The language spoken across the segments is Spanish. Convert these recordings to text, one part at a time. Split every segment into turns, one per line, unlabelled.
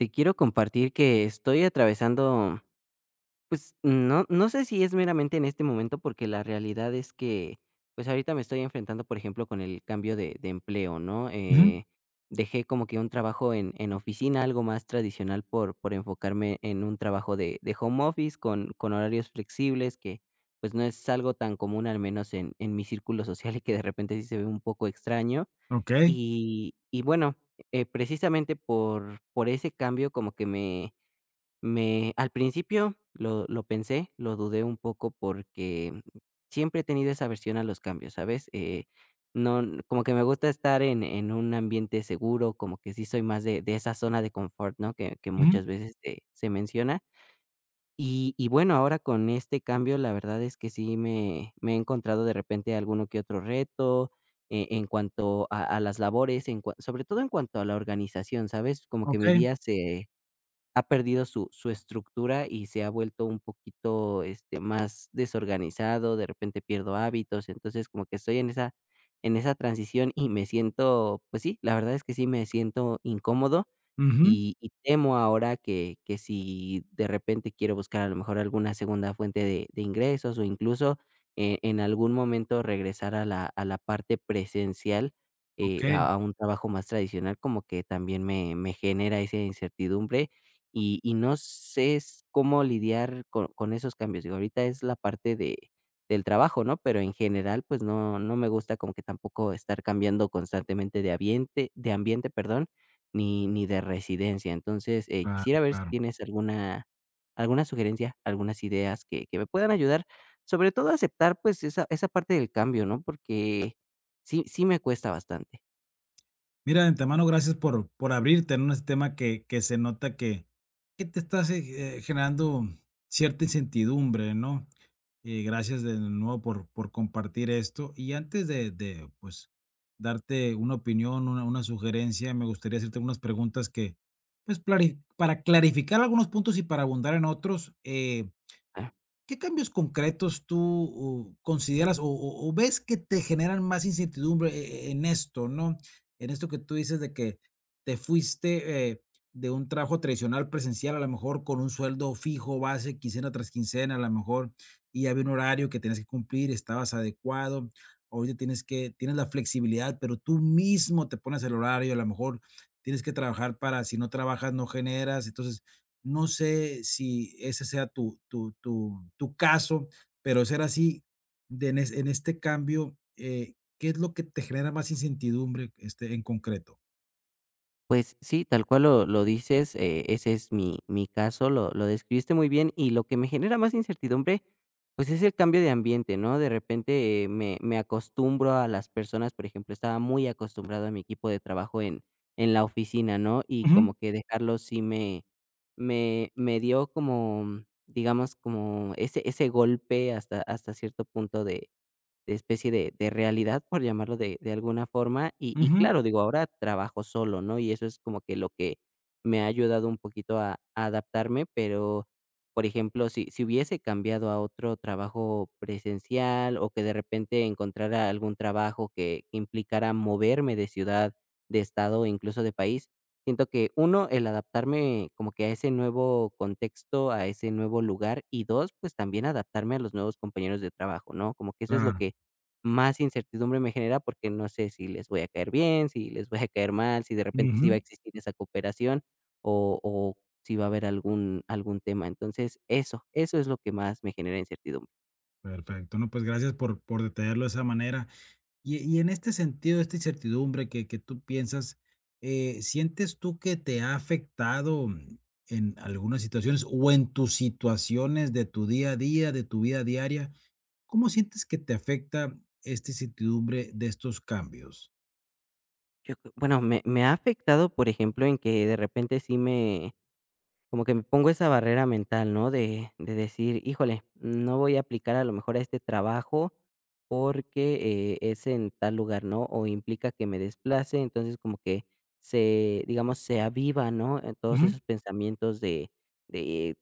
Te quiero compartir que estoy atravesando, pues no sé si es meramente en este momento, porque la realidad es que, pues ahorita me estoy enfrentando, por ejemplo, con el cambio de empleo, ¿no?
Ujú,
Dejé como que un trabajo en oficina, algo más tradicional, por enfocarme en un trabajo de home office con horarios flexibles, que pues no es algo tan común, al menos en mi círculo social, y que de repente sí se ve un poco extraño,
okey,
y bueno, precisamente por ese cambio como que me me al principio lo pensé, lo dudé un poco porque siempre he tenido esa aversión a los cambios, ¿sabes? No, n- como que me gusta estar en un ambiente seguro, como que sí soy más de esa zona de confort, ¿no? Que
ujú,
muchas veces se menciona. Y bueno, ahora con este cambio, la verdad es que sí me me he encontrado de repente alguno que otro reto, en cuanto a las labores, en cua sobre todo en cuanto a la organización, ¿sabes? Como que mi
okey,
día se ha perdido su estructura y se ha vuelto un poquito, este, más desorganizado, de repente pierdo hábitos, entonces como que estoy en esa transición y me siento, pues sí, la verdad es que sí me siento incómodo.
ujú,
Y temo ahora que si de repente quiero buscar a lo mejor alguna segunda fuente de ingresos o incluso, en algún momento regresar a la parte presencial,
okey,
a un trabajo más tradicional, como que también me genera esa incertidumbre, y no sé s cómo lidiar con esos cambios. Digo, ahorita es la parte de del trabajo, ¿no? Pero en general, pues no me gusta como que tampoco estar cambiando constantemente de ambiente, perdón, ni de residencia. Entonces,
claro,
quisiera ver si
claro.
tienes alguna sugerencia, algunas ideas que me puedan ayudar, sobre todo a aceptar, pues, esa parte del cambio, ¿no? Porque sí me cuesta bastante.
Mira, de antemano, gracias por abrirte en un tema que se nota que te estás generando cierta incertidumbre, ¿no? Gracias de nuevo por compartir esto. Y antes de pues, darte una opinión, una sugerencia, me gustaría hacerte unas preguntas que, pues, clari para clarificar algunos puntos y para abundar en otros. ¿Qué cambios concretos tú o consideras o ves que te generan más incertidumbre en esto, no? En esto que tú dices de que te fuiste, de un trabajo tradicional presencial, a lo mejor con un sueldo fijo, base, quincena tras quincena, a lo mejor, y había un horario que tenías que cumplir, estabas adecuado. Ahorita tienes la flexibilidad, pero tú mismo te pones el horario, a lo mejor tienes que trabajar para si no trabajas, no generas. Entonces, no sé si ese sea tu caso, pero ser así, de en es en este cambio, ¿qué es lo que te genera más incertidumbre, este, en concreto?
Pues sí, tal cual lo dices, ese es mi caso, lo describiste muy bien, y lo que me genera más incertidumbre, pues, es el cambio de ambiente, ¿no? De repente, me acostumbro a las personas, por ejemplo, estaba muy acostumbrado a mi equipo de trabajo en la oficina, ¿no? Y
Ujú,
como que dejarlo sí me dio como, digamos, como ese golpe hasta cierto punto de especie de realidad, por llamarlo de alguna forma, y
ujú,
claro, digo, ahora trabajo solo, ¿no? Y eso es como que lo que me ha ayudado un poquito a adaptarme, pero, por ejemplo, si hubiese cambiado a otro trabajo presencial o que de repente encontrara algún trabajo que implicara moverme de ciudad, de estado, incluso de país, siento que, uno, el adaptarme como que a ese nuevo contexto, a ese nuevo lugar, y dos, pues, también adaptarme a los nuevos compañeros de trabajo, ¿no? Como que eso es lo
claro,
que más incertidumbre me genera porque no sé si les voy a caer bien, si les voy a caer mal, si de repente sí va a
ujú.
existir esa cooperación o si va a haber algún tema. Entonces, eso es lo que más me genera incertidumbre.
Perfecto. No, pues gracias por detallarlo de esa manera. Y en este sentido, esta incertidumbre que tú piensas, ¿sientes tú que te ha afectado en algunas situaciones o en tus situaciones de tu día a día, de tu vida diaria? ¿Cómo sientes que te afecta esta incertidumbre de estos cambios?
Yo creo, bueno, me ha afectado, por ejemplo, en que de repente sí me, como que me pongo esa barrera mental, ¿no? De decir, híjole, no voy a aplicar a lo mejor a este trabajo porque es en tal lugar, ¿no? O implica que me desplace, entonces como que se, digamos, se aviva, ¿no? En todos
Ujú,
esos pensamientos de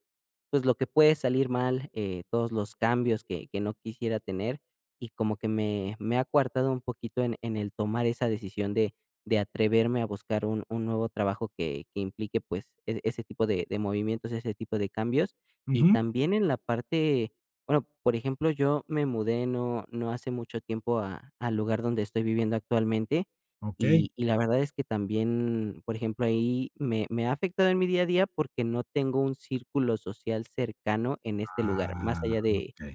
pues lo que puede salir mal, todos los cambios que no quisiera tener y como que me ha coartado un poquito en el tomar esa decisión de atreverme a buscar un nuevo trabajo que implique, pues, e ese tipo de movimientos, ese tipo de cambios. Y
ujú.
también en la parte, bueno, por ejemplo, yo me mudé no hace mucho tiempo a al lugar donde estoy viviendo actualmente,
Okey.
y la verdad es que también, por ejemplo, ahí me ha afectado en mi día a día porque no tengo un círculo social cercano en este lugar, más
Ah,
allá de
okey,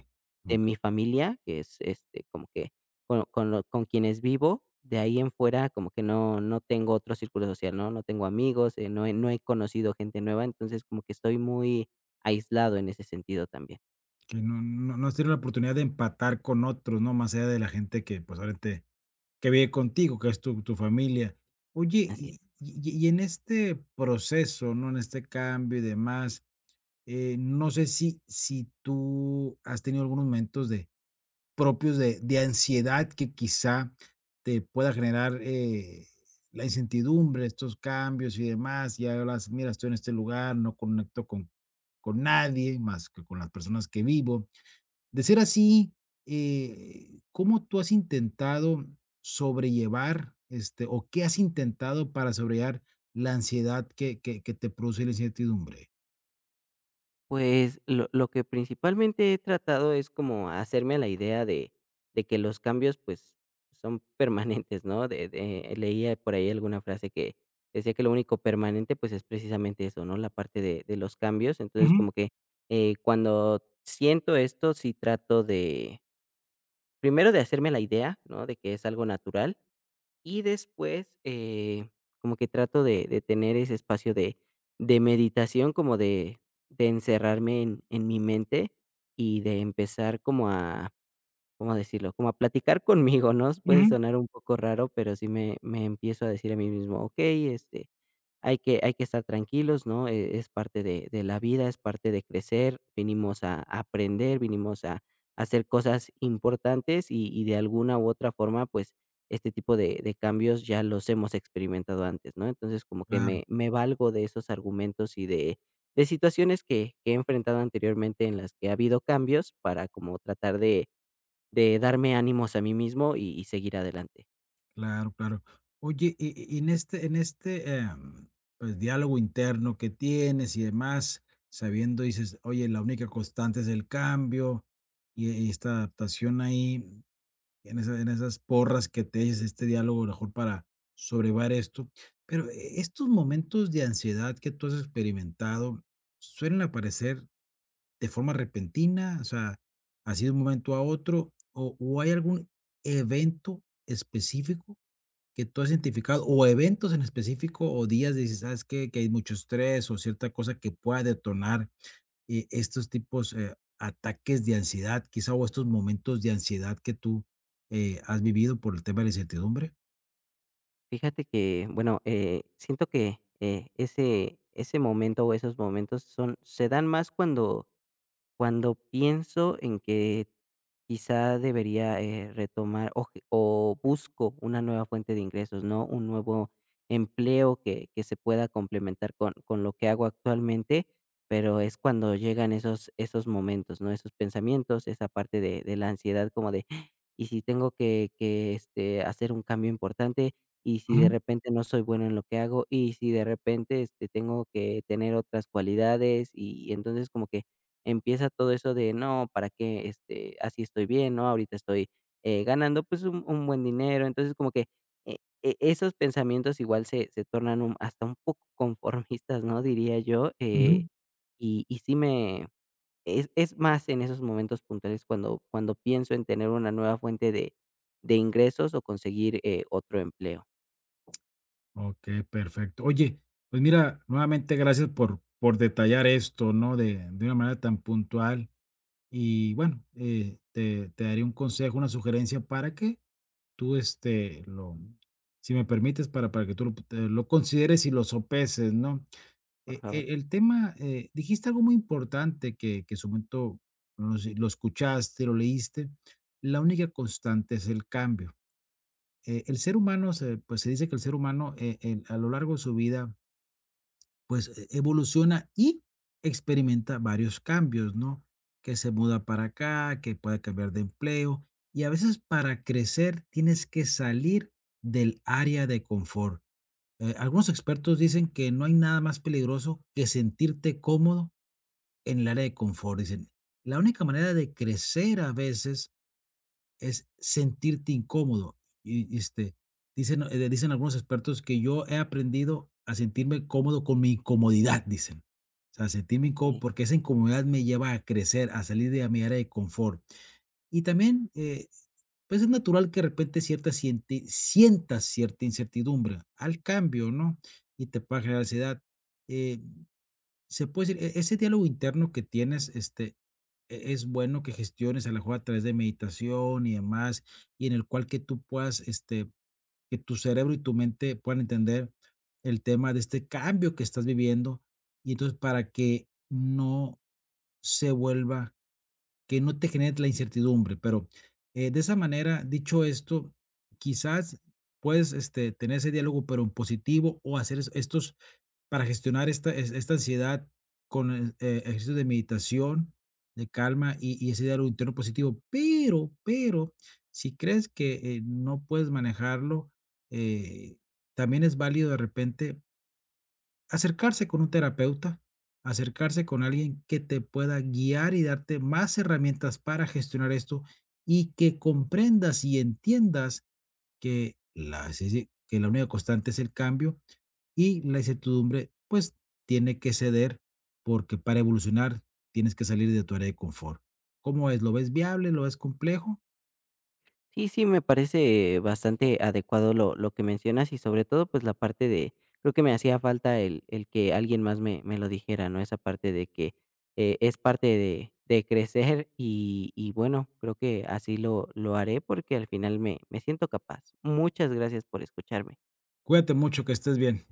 okey.
mi familia, que es, este, como que con lo con quienes vivo, de ahí en fuera como que no tengo otro círculo social, ¿no? No tengo amigos, no he conocido gente nueva, entonces como que estoy muy aislado en ese sentido también.
Que no has tenido la oportunidad de empatar con otros, ¿no? Más allá de la gente que, pues, obviamente, que vive contigo, que es tu tu familia. Oye,
Así
y
es.
y y en este proceso, ¿no? En este cambio y demás, no sé si si tú has tenido algunos momentos de propios de ansiedad que quizá te pueda generar la incertidumbre, estos cambios y demás. Ya hablas, mira, estoy en este lugar, no conecto con nadie más que con las personas que vivo. De ser así, ¿cómo tú has intentado sobrellevar este, o qué has intentado para sobrellevar la ansiedad que, que te produce la incertidumbre?
Pues, lo que principalmente he tratado es como hacerme a la idea de que los cambios, pues, son permanentes, ¿no? De leía por ahí alguna frase que decía que lo único permanente, pues, es precisamente eso, ¿no? La parte de los cambios. Entonces, como que, cuando siento esto, sí trato de, primero, de hacerme la idea, ¿no? De que es algo natural y después, como que trato de tener ese espacio de meditación, como de encerrarme en mi mente y de empezar como a, ¿cómo decirlo? Como a platicar conmigo, ¿no? Puede
Ujú.
sonar un poco raro, pero sí me me empiezo a decir a mí mismo: "Okey, este, hay que estar tranquilos, ¿no? E es parte de la vida, es parte de crecer, vinimos a aprender, vinimos a hacer cosas importantes y de alguna u otra forma, pues, este tipo de cambios ya los hemos experimentado antes", ¿no? Entonces, como que me valgo de esos argumentos y de situaciones que he enfrentado anteriormente en las que ha habido cambios, para como tratar de darme ánimos a mí mismo y seguir adelante.
Claro, claro. Oye, y en este pues, diálogo interno que tienes y demás, sabiendo, dices: "Oye, la única constante es el cambio", y esta adaptación ahí, en esa en esas porras que te dices, este diálogo, a lo mejor para sobrevivir esto. Pero, estos momentos de ansiedad que tú has experimentado, ¿suelen aparecer de forma repentina? O sea, ¿así de un momento a otro, o hay algún evento específico? Que tú has identificado o eventos en específico o días dices, ¿sabes qué? Que hay mucho estrés o cierta cosa que pueda detonar estos tipos ataques de ansiedad, quizá, o estos momentos de ansiedad que tú has vivido por el tema de la incertidumbre.
Fíjate que, bueno, siento que, ese momento o esos momentos son, se dan más cuando pienso en que quizá debería, retomar o que o busco una nueva fuente de ingresos, ¿no? Un nuevo empleo que se pueda complementar con lo que hago actualmente, pero es cuando llegan esos momentos, ¿no? Esos pensamientos, esa parte de la ansiedad como de, "Ah, ¿y si tengo que, este, hacer un cambio importante? ¿Y si de
Ujú,
repente no soy bueno en lo que hago? ¿Y si de repente, este, tengo que tener otras cualidades?". Y entonces como que empieza todo eso de no, ¿para qué? Este, así estoy bien, ¿no? Ahorita estoy, ganando pues un buen dinero. Entonces como que eh, esos pensamientos igual se, se tornan hasta un poco conformistas, ¿no? Diría yo.
ujú.
Y sí me... es más en esos momentos puntuales cuando, cuando pienso en tener una nueva fuente de ingresos o conseguir otro empleo,
Ok, perfecto. Oye, pues mira, nuevamente gracias por detallar esto, ¿no? De una manera tan puntual. Y bueno, te daré un consejo, una sugerencia para que tú, este, lo Si me permites, para que tú lo te lo consideres y lo sopeses, ¿no?
por favor.
El tema, dijiste algo muy importante que en su momento lo, si lo escuchaste, lo leíste, la única constante es el cambio. El ser humano se, pues, se dice que el ser humano, en a lo largo de su vida, pues evoluciona y experimenta varios cambios, ¿no? Que se muda para acá, que puede cambiar de empleo, y a veces para crecer tienes que salir del área de confort. Algunos expertos dicen que no hay nada más peligroso que sentirte cómodo en el área de confort. Dicen, la única manera de crecer a veces es sentirte incómodo. Y, este, dicen, dicen algunos expertos que yo he aprendido a sentirme cómodo con mi incomodidad, dicen. O sea, sentirme incómodo
Eh.
porque esa incomodidad me lleva a crecer, a salir de mi área de confort. Y también, pues es natural que de repente sientas cierta incertidumbre al cambio, ¿no? Y te pueda generar ansiedad. Eh, se puede decir, ese diálogo interno que tienes, este, es bueno que gestiones a lo mejor a través de meditación y demás, y en el cual que tú puedas, este, que tu cerebro y tu mente puedan entender el tema de este cambio que estás viviendo, y entonces para que no se vuelva, que no te genere la incertidumbre, pero, de esa manera, dicho esto, quizás puedes, este, tener ese diálogo, pero en positivo o hacer es estos para gestionar esta es esta ansiedad con el, ejercicios de meditación, de calma y ese diálogo interno positivo. Pero, si crees que, no puedes manejarlo, eh, también es válido de repente acercarse con un terapeuta, acercarse con alguien que te pueda guiar y darte más herramientas para gestionar esto, y que comprendas y entiendas que la única constante es el cambio y la incertidumbre, pues, tiene que ceder, porque para evolucionar tienes que salir de tu área de confort. ¿Cómo es? ¿Lo ves viable? ¿Lo ves complejo?
Sí, sí, me parece bastante adecuado lo que mencionas y sobre todo pues la parte de, creo que me hacía falta el que alguien más me, me lo dijera, ¿no? Esa parte de que es parte de crecer y bueno, creo que así lo haré porque al final me, me siento capaz. Muchas gracias por escucharme.
Cuídate mucho, que estés bien.